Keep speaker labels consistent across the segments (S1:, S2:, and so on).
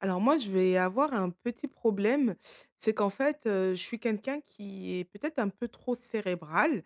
S1: Alors moi, je vais avoir un petit problème, c'est qu'en fait, je suis quelqu'un qui est peut-être un peu trop cérébral.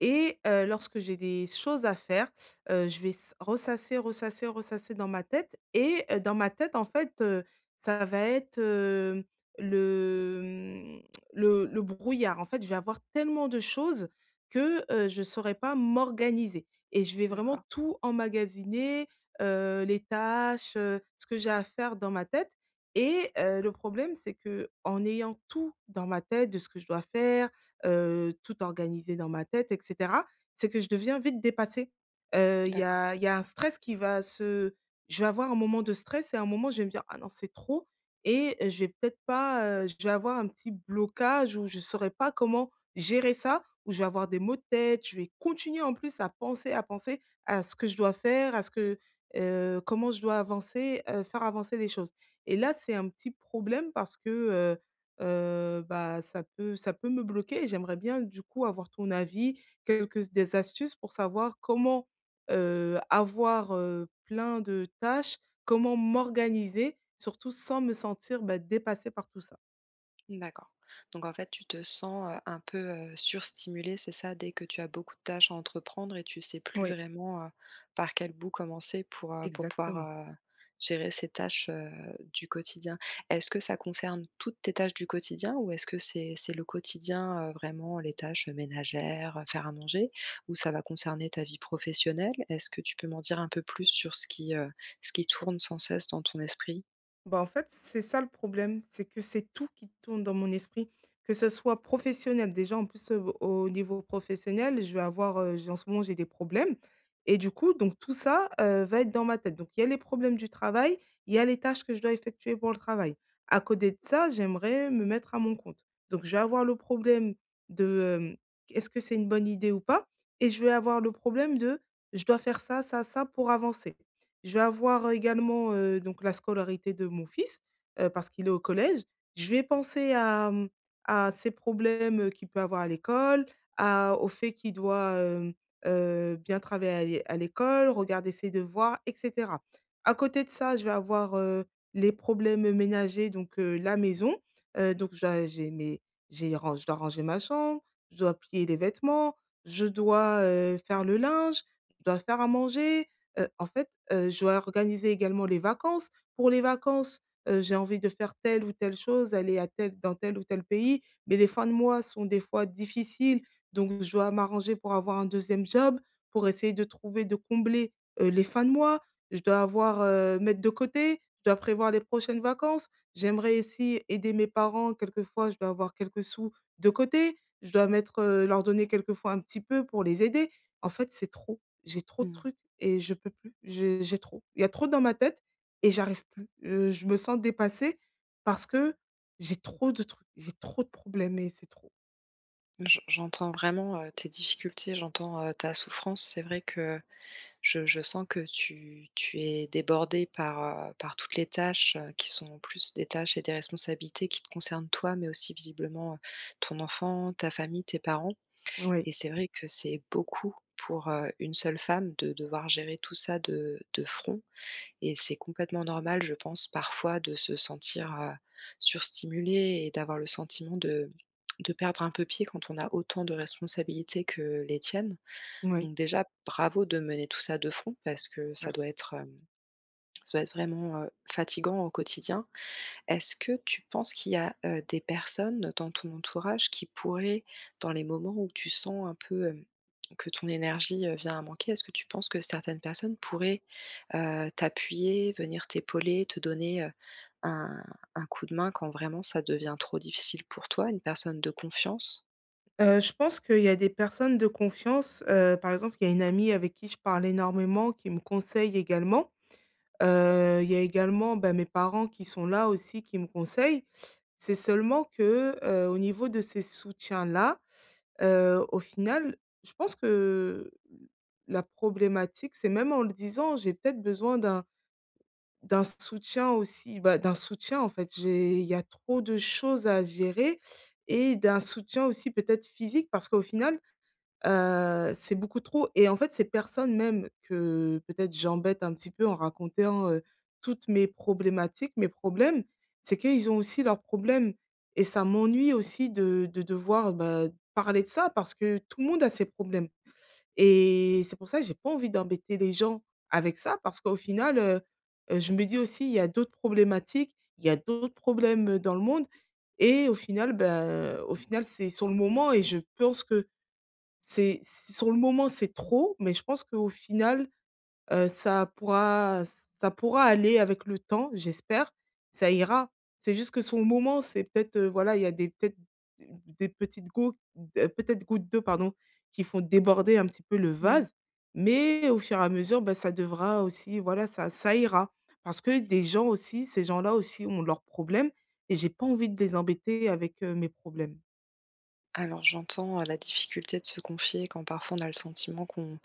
S1: Et lorsque j'ai des choses à faire, je vais s ressasser, ressasser, ressasser dans ma tête et dans ma tête, en fait, ça va être, le, mmh, le brouillard. En fait, je vais avoir tellement de choses que, je ne saurais pas m'organiser et je vais vraiment
S2: D'accord,
S1: tout emmagasiner, les tâches, ce que j'ai à faire dans ma tête et le problème, c'est que en ayant tout dans ma tête de ce que je dois faire, tout organisé dans ma tête et cetera, c'est que je deviens vite dépassée. Il y
S2: d'accord,
S1: a il y a un stress qui va se je vais avoir un moment de stress et à un moment, je vais me dire: «Ah non, c'est trop» et je vais peut-être pas, je vais avoir un petit blocage où je saurais pas comment gérer ça, où je vais avoir des maux de tête, je vais continuer en plus à penser, à penser à ce que je dois faire, à ce que, comment je dois avancer, faire avancer les choses et là, c'est un petit problème parce que, bah, ça peut me bloquer et j'aimerais bien du coup avoir ton avis, quelques des astuces pour savoir comment, avoir, plein de tâches, comment m'organiser surtout sans me sentir, bah, dépassée par tout ça.
S2: d'accord. Donc en fait, tu te sens, un peu, surstimulée, c'est ça? Dès que tu as beaucoup de tâches à entreprendre et tu sais plus
S1: Oui,
S2: vraiment, par quel bout commencer pour pouvoir,
S1: exactement.
S2: heu, gérer ces tâches, du quotidien. Est-ce que ça concerne toutes tes tâches du quotidien ou est-ce que c'est le quotidien, vraiment les tâches ménagères, faire à manger? Ou ça va concerner ta vie professionnelle? Est-ce que tu peux m'en dire un peu plus sur ce qui tourne sans cesse dans ton esprit?
S1: Bah, en fait, c'est ça le problème, c'est que c'est tout qui tourne dans mon esprit, que ce soit professionnel. Déjà, en plus, au niveau professionnel, je vais avoir, j'ai en ce moment, j'ai des problèmes et du coup, donc tout ça, va être dans ma tête. Donc il y a les problèmes du travail, il y a les tâches que je dois effectuer pour le travail. À côté de ça, j'aimerais me mettre à mon compte. Donc je vais avoir le problème de est-ce que c'est une bonne idée ou pas? Et je vais avoir le problème de je dois faire ça, ça, ça pour avancer. Je vais avoir, également, donc la scolarité de mon fils, parce qu'il est au collège. Je vais penser à, à ses problèmes, qu'il peut avoir à l'école, à au fait qu'il doit, bien travailler à l'école, regarder ses devoirs et cetera. À côté de ça, je vais avoir, les problèmes, ménagers, donc la maison, donc j'ai mes j'ai ran je dois ranger ma chambre, je dois plier les vêtements, je dois, faire le linge, je dois faire à manger. En fait, je dois organiser également les vacances. Pour les vacances, j'ai envie de faire telle ou telle chose, aller à tel dans tel ou tel pays, mais les fins de mois sont des fois difficiles, donc je dois m'arranger pour avoir un deuxième job, pour essayer de trouver, de combler, les fins de mois. Je dois avoir, mettre de côté, je dois prévoir les prochaines vacances. J'aimerais aussi aider mes parents, quelquefois je dois avoir quelques sous de côté. Je dois mettre, leur donner quelquefois un petit peu pour les aider. En fait, c'est trop j'ai trop de
S2: Mmh.
S1: trucs et je peux plus. J'ai trop. Il y a trop dans ma tête et j'arrive plus. Je me sens dépassée parce que j'ai trop de trucs, j'ai trop de problèmes et c'est trop.
S2: J'entends vraiment, tes difficultés, j'entends, ta souffrance. C'est vrai que je sens que tu es débordé par, par toutes les tâches, qui sont en plus des tâches et des responsabilités qui te concernent toi, mais aussi visiblement, ton enfant, ta famille, tes parents
S1: Oui,
S2: et c'est vrai que c'est beaucoup pour, une seule femme de devoir gérer tout ça de front. Et c'est complètement normal, je pense, parfois de se sentir, surstimulé et d'avoir le sentiment de perdre un peu pied quand on a autant de responsabilités que les tiennes.
S1: oui.
S2: Donc déjà, bravo de mener tout ça de front parce que ça doit
S1: Merci.
S2: être, ça doit être vraiment, fatigant au quotidien. Est-ce que tu penses qu'il y a, des personnes dans ton entourage qui pourraient, dans les moments où tu sens un peu, que ton énergie, vient à manquer, est-ce que tu penses que certaines personnes pourraient, t'appuyer, venir t'épauler, te donner, un coup de main quand vraiment ça devient trop difficile pour toi, une personne de confiance?
S1: Je pense qu'il y a des personnes de confiance, par exemple, il y a une amie avec qui je parle énormément, qui me conseille également. Il y a également, bah, mes parents qui sont là aussi, qui me conseillent. C'est seulement que, au niveau de ces soutiens-là. Au final, je pense que la problématique, c'est même en le disant, j'ai peut-être besoin d'un soutien aussi, bah, d'un soutien en fait. J'ai il y a trop de choses à gérer et d'un soutien aussi peut-être physique parce qu'au final. C'est beaucoup trop et en fait, ces personnes même que peut-être j'embête un petit peu en racontant, toutes mes problématiques, mes problèmes, c'est qu'ils ont aussi leurs problèmes et ça m'ennuie aussi de devoir, bah, parler de ça parce que tout le monde a ses problèmes et c'est pour ça que j'ai pas envie d'embêter les gens avec ça parce qu'au final, je me dis aussi: «Il y a d'autres problématiques, il y a d'autres problèmes, dans le monde» et au final, ben au final, c'est sur le moment et je pense que c'est c sur le moment, c'est trop, mais je pense qu'au final, ça pourra aller avec le temps, j'espère, ça ira. C'est juste que sur le moment, c'est peut-être, voilà, il y a des peut-être des petites gouttes d peut-être gouttes d'eau, pardon, qui font déborder un petit peu le
S2: Mmh.
S1: vase, mais au fur et à mesure, bah, ça devra aussi voilà, ça ira. Parce que des gens aussi, ces gens-là aussi ont leurs problèmes et j'ai pas envie de les embêter avec, mes problèmes.
S2: Alors j'entends, la difficulté de se confier quand parfois on a le sentiment qu'on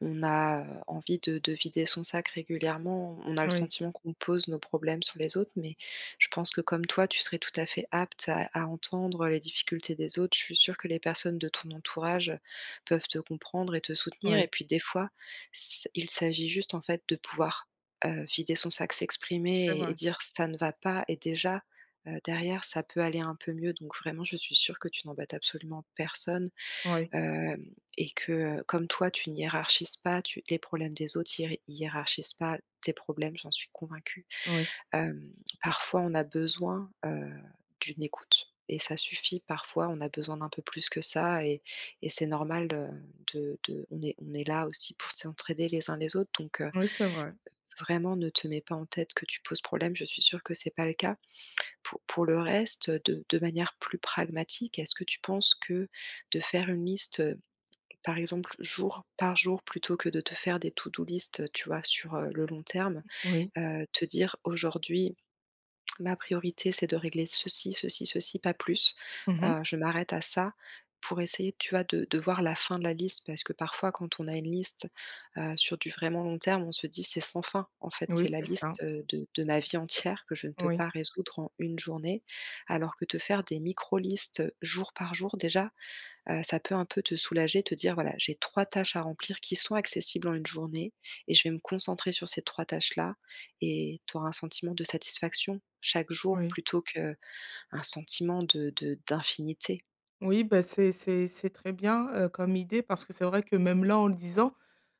S2: on a, envie de vider son sac régulièrement, on a le
S1: Oui,
S2: sentiment qu'on pose nos problèmes sur les autres, mais je pense que comme toi, tu serais tout à fait apte à entendre les difficultés des autres. Je suis sûre que les personnes de ton entourage peuvent te comprendre et te soutenir et
S1: oui,
S2: puis des fois, s il s'agit juste en fait de pouvoir, vider son sac,
S1: c'est
S2: s'exprimer et
S1: vrai.
S2: dire: «Ça ne va pas» et déjà, derrière ça peut aller un peu mieux. Donc vraiment je suis sûre que tu n'embêtes absolument personne.
S1: Oui,
S2: Hem, et que comme toi, tu n'hiérarchises pas, tu les problèmes des autres hiérarchisent pas tes problèmes, j'en suis convaincue.
S1: oui.
S2: Hem, parfois, on a besoin, d'une écoute et ça suffit. Parfois, on a besoin d'un peu plus que ça et c'est normal, de on est là aussi pour s'entraider les uns les autres donc
S1: Oui, c'est vrai.
S2: vraiment ne te mets pas en tête que tu poses problème, je suis sûre que c'est pas le cas. Pour le reste, de manière plus pragmatique, est-ce que tu penses que de faire une liste, par exemple, jour par jour, plutôt que de te faire des to-do list, tu vois, sur, le long terme,
S1: Oui.
S2: te dire: «Aujourd'hui, ma priorité, c'est de régler ceci, ceci, ceci, pas plus.
S1: Mhm.
S2: Je m'arrête à ça» pour essayer, tu vois, de voir la fin de la liste. Parce que parfois, quand on a une liste, sur du vraiment long terme, on se dit: «C'est sans fin, en fait, c'est
S1: Oui,
S2: la
S1: c'est ça.
S2: liste, de ma vie entière que je ne peux
S1: Oui,
S2: pas résoudre en une journée». Alors que te faire des micro listes, jour par jour, déjà, ça peut un peu te soulager, te dire: «Voilà, j'ai 3 tâches à remplir qui sont accessibles en une journée et je vais me concentrer sur ces 3 tâches-là» et tu auras un sentiment de satisfaction chaque jour
S1: oui.
S2: plutôt qu'un sentiment de d'infinité.
S1: Oui, ben c'est très bien, comme idée parce que c'est vrai que même là, en le disant,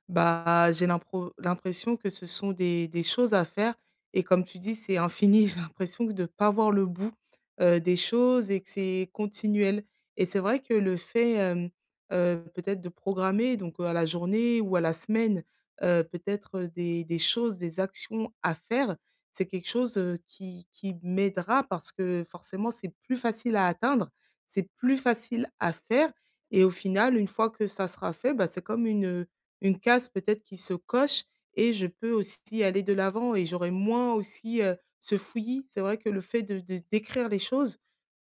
S1: bah, j'ai l'impression que ce sont des choses à faire et comme tu dis, c'est infini. J'ai l'impression que de ne pas voir le bout, des choses et que c'est continuel et c'est vrai que le fait, peut-être de programmer donc, à la journée ou à la semaine, peut-être, des choses, des actions à faire, c'est quelque chose, qui m'aidera parce que forcément, c'est plus facile à atteindre, c'est plus facile à faire et au final, une fois que ça sera fait, bah, c'est comme une case peut-être qui se coche et je peux aussi aller de l'avant et j'aurai moins aussi, ce fouillis. C'est vrai que le fait de d'écrire les choses,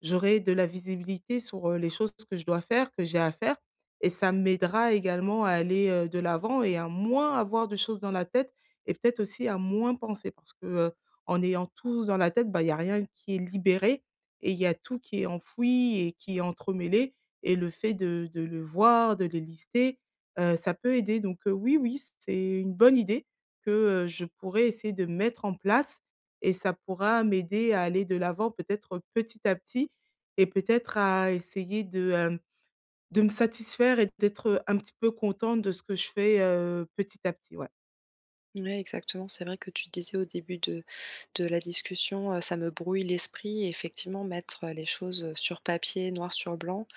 S1: j'aurai de la visibilité sur, les choses que je dois faire, que j'ai à faire et ça m'aidera également à aller, de l'avant et à moins avoir de choses dans la tête et peut-être aussi à moins penser parce que, en ayant tout dans la tête, bah, il y a rien qui est libéré et il y a tout qui est enfoui et qui est entremêlé et le fait de le voir, de les lister, ça peut aider donc oui, oui, c'est une bonne idée que, je pourrais essayer de mettre en place et ça pourra m'aider à aller de l'avant peut-être petit à petit et peut-être à essayer de, de me satisfaire et d'être, un petit peu contente de ce que je fais, petit à petit, ouais.
S2: Oui, exactement. C'est vrai que tu disais au début de la discussion, ça me brouille l'esprit et effectivement mettre, les choses, sur papier, noir sur blanc,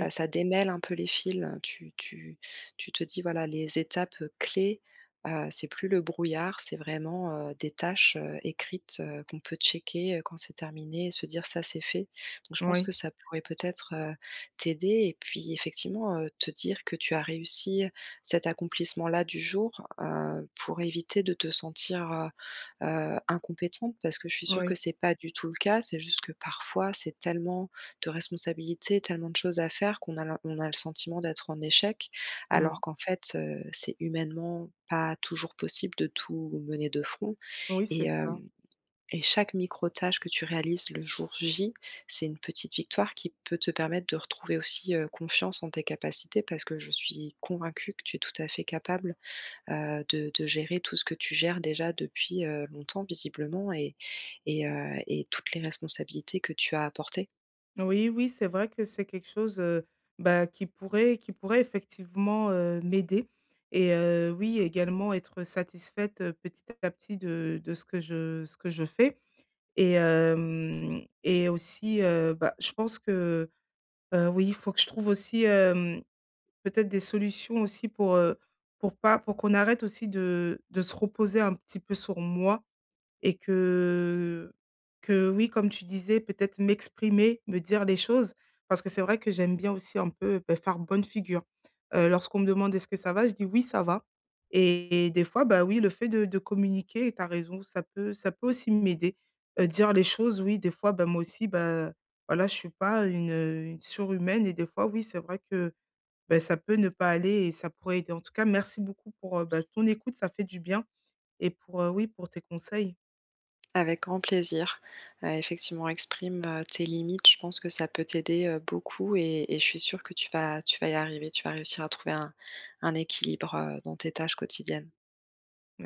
S2: ça démêle un peu les fils, hein. Tu te dis, voilà, les étapes, clés, c'est plus le brouillard, c'est vraiment, des tâches, écrites, qu'on peut checker, quand c'est terminé et se dire: «Ça, c'est fait». Donc je pense
S1: oui,
S2: que ça pourrait peut-être, t'aider et puis effectivement, te dire que tu as réussi cet accomplissement-là du jour, pour éviter de te sentir, incompétente parce que je suis sûre que
S1: oui.
S2: c'est pas du tout le cas. C'est juste que parfois, c'est tellement de responsabilités, tellement de choses à faire qu'on a l'im on a le sentiment d'être en échec,
S1: Mmh.
S2: alors qu'en fait, c'est humainement pas toujours possible de tout mener de front
S1: Oui,
S2: et
S1: c'est ça.
S2: hem et chaque micro-tâche que tu réalises le jour J, c'est une petite victoire qui peut te permettre de retrouver aussi, confiance en tes capacités parce que je suis convaincue que tu es tout à fait capable, de gérer tout ce que tu gères déjà depuis, longtemps visiblement et toutes les responsabilités que tu as apportées.
S1: Oui, oui, c'est vrai que c'est quelque chose, bah, qui pourrait effectivement, m'aider et oui, également être satisfaite, petit à petit de ce que je fais et hem et aussi, bah, je pense que, oui, il faut que je trouve aussi, peut-être des solutions aussi pour pas pour qu'on arrête aussi de se reposer un petit peu sur moi et que oui, comme tu disais, peut-être m'exprimer, me dire les choses, parce que c'est vrai que j'aime bien aussi un peu, beh, faire bonne figure. Lorsqu'on me demande: «Est-ce que ça va?» je dis: «Oui, ça va» et des fois, bah, oui, le fait de communiquer et tu as raison, ça peut aussi m'aider. Dire les choses, oui, des fois, bah, moi aussi, bah, voilà, je suis pas une, une surhumaine et des fois, oui, c'est vrai que, bah, ça peut ne pas aller et ça pourrait aider. En tout cas, merci beaucoup pour, bah, ton écoute, ça fait du bien et pour, oui, pour tes conseils.
S2: Avec grand plaisir. Effectivement, exprime, tes limites. Je pense que ça peut t'aider, beaucoup et je suis sûre que tu vas y arriver. Tu vas réussir à trouver un équilibre, dans tes tâches quotidiennes.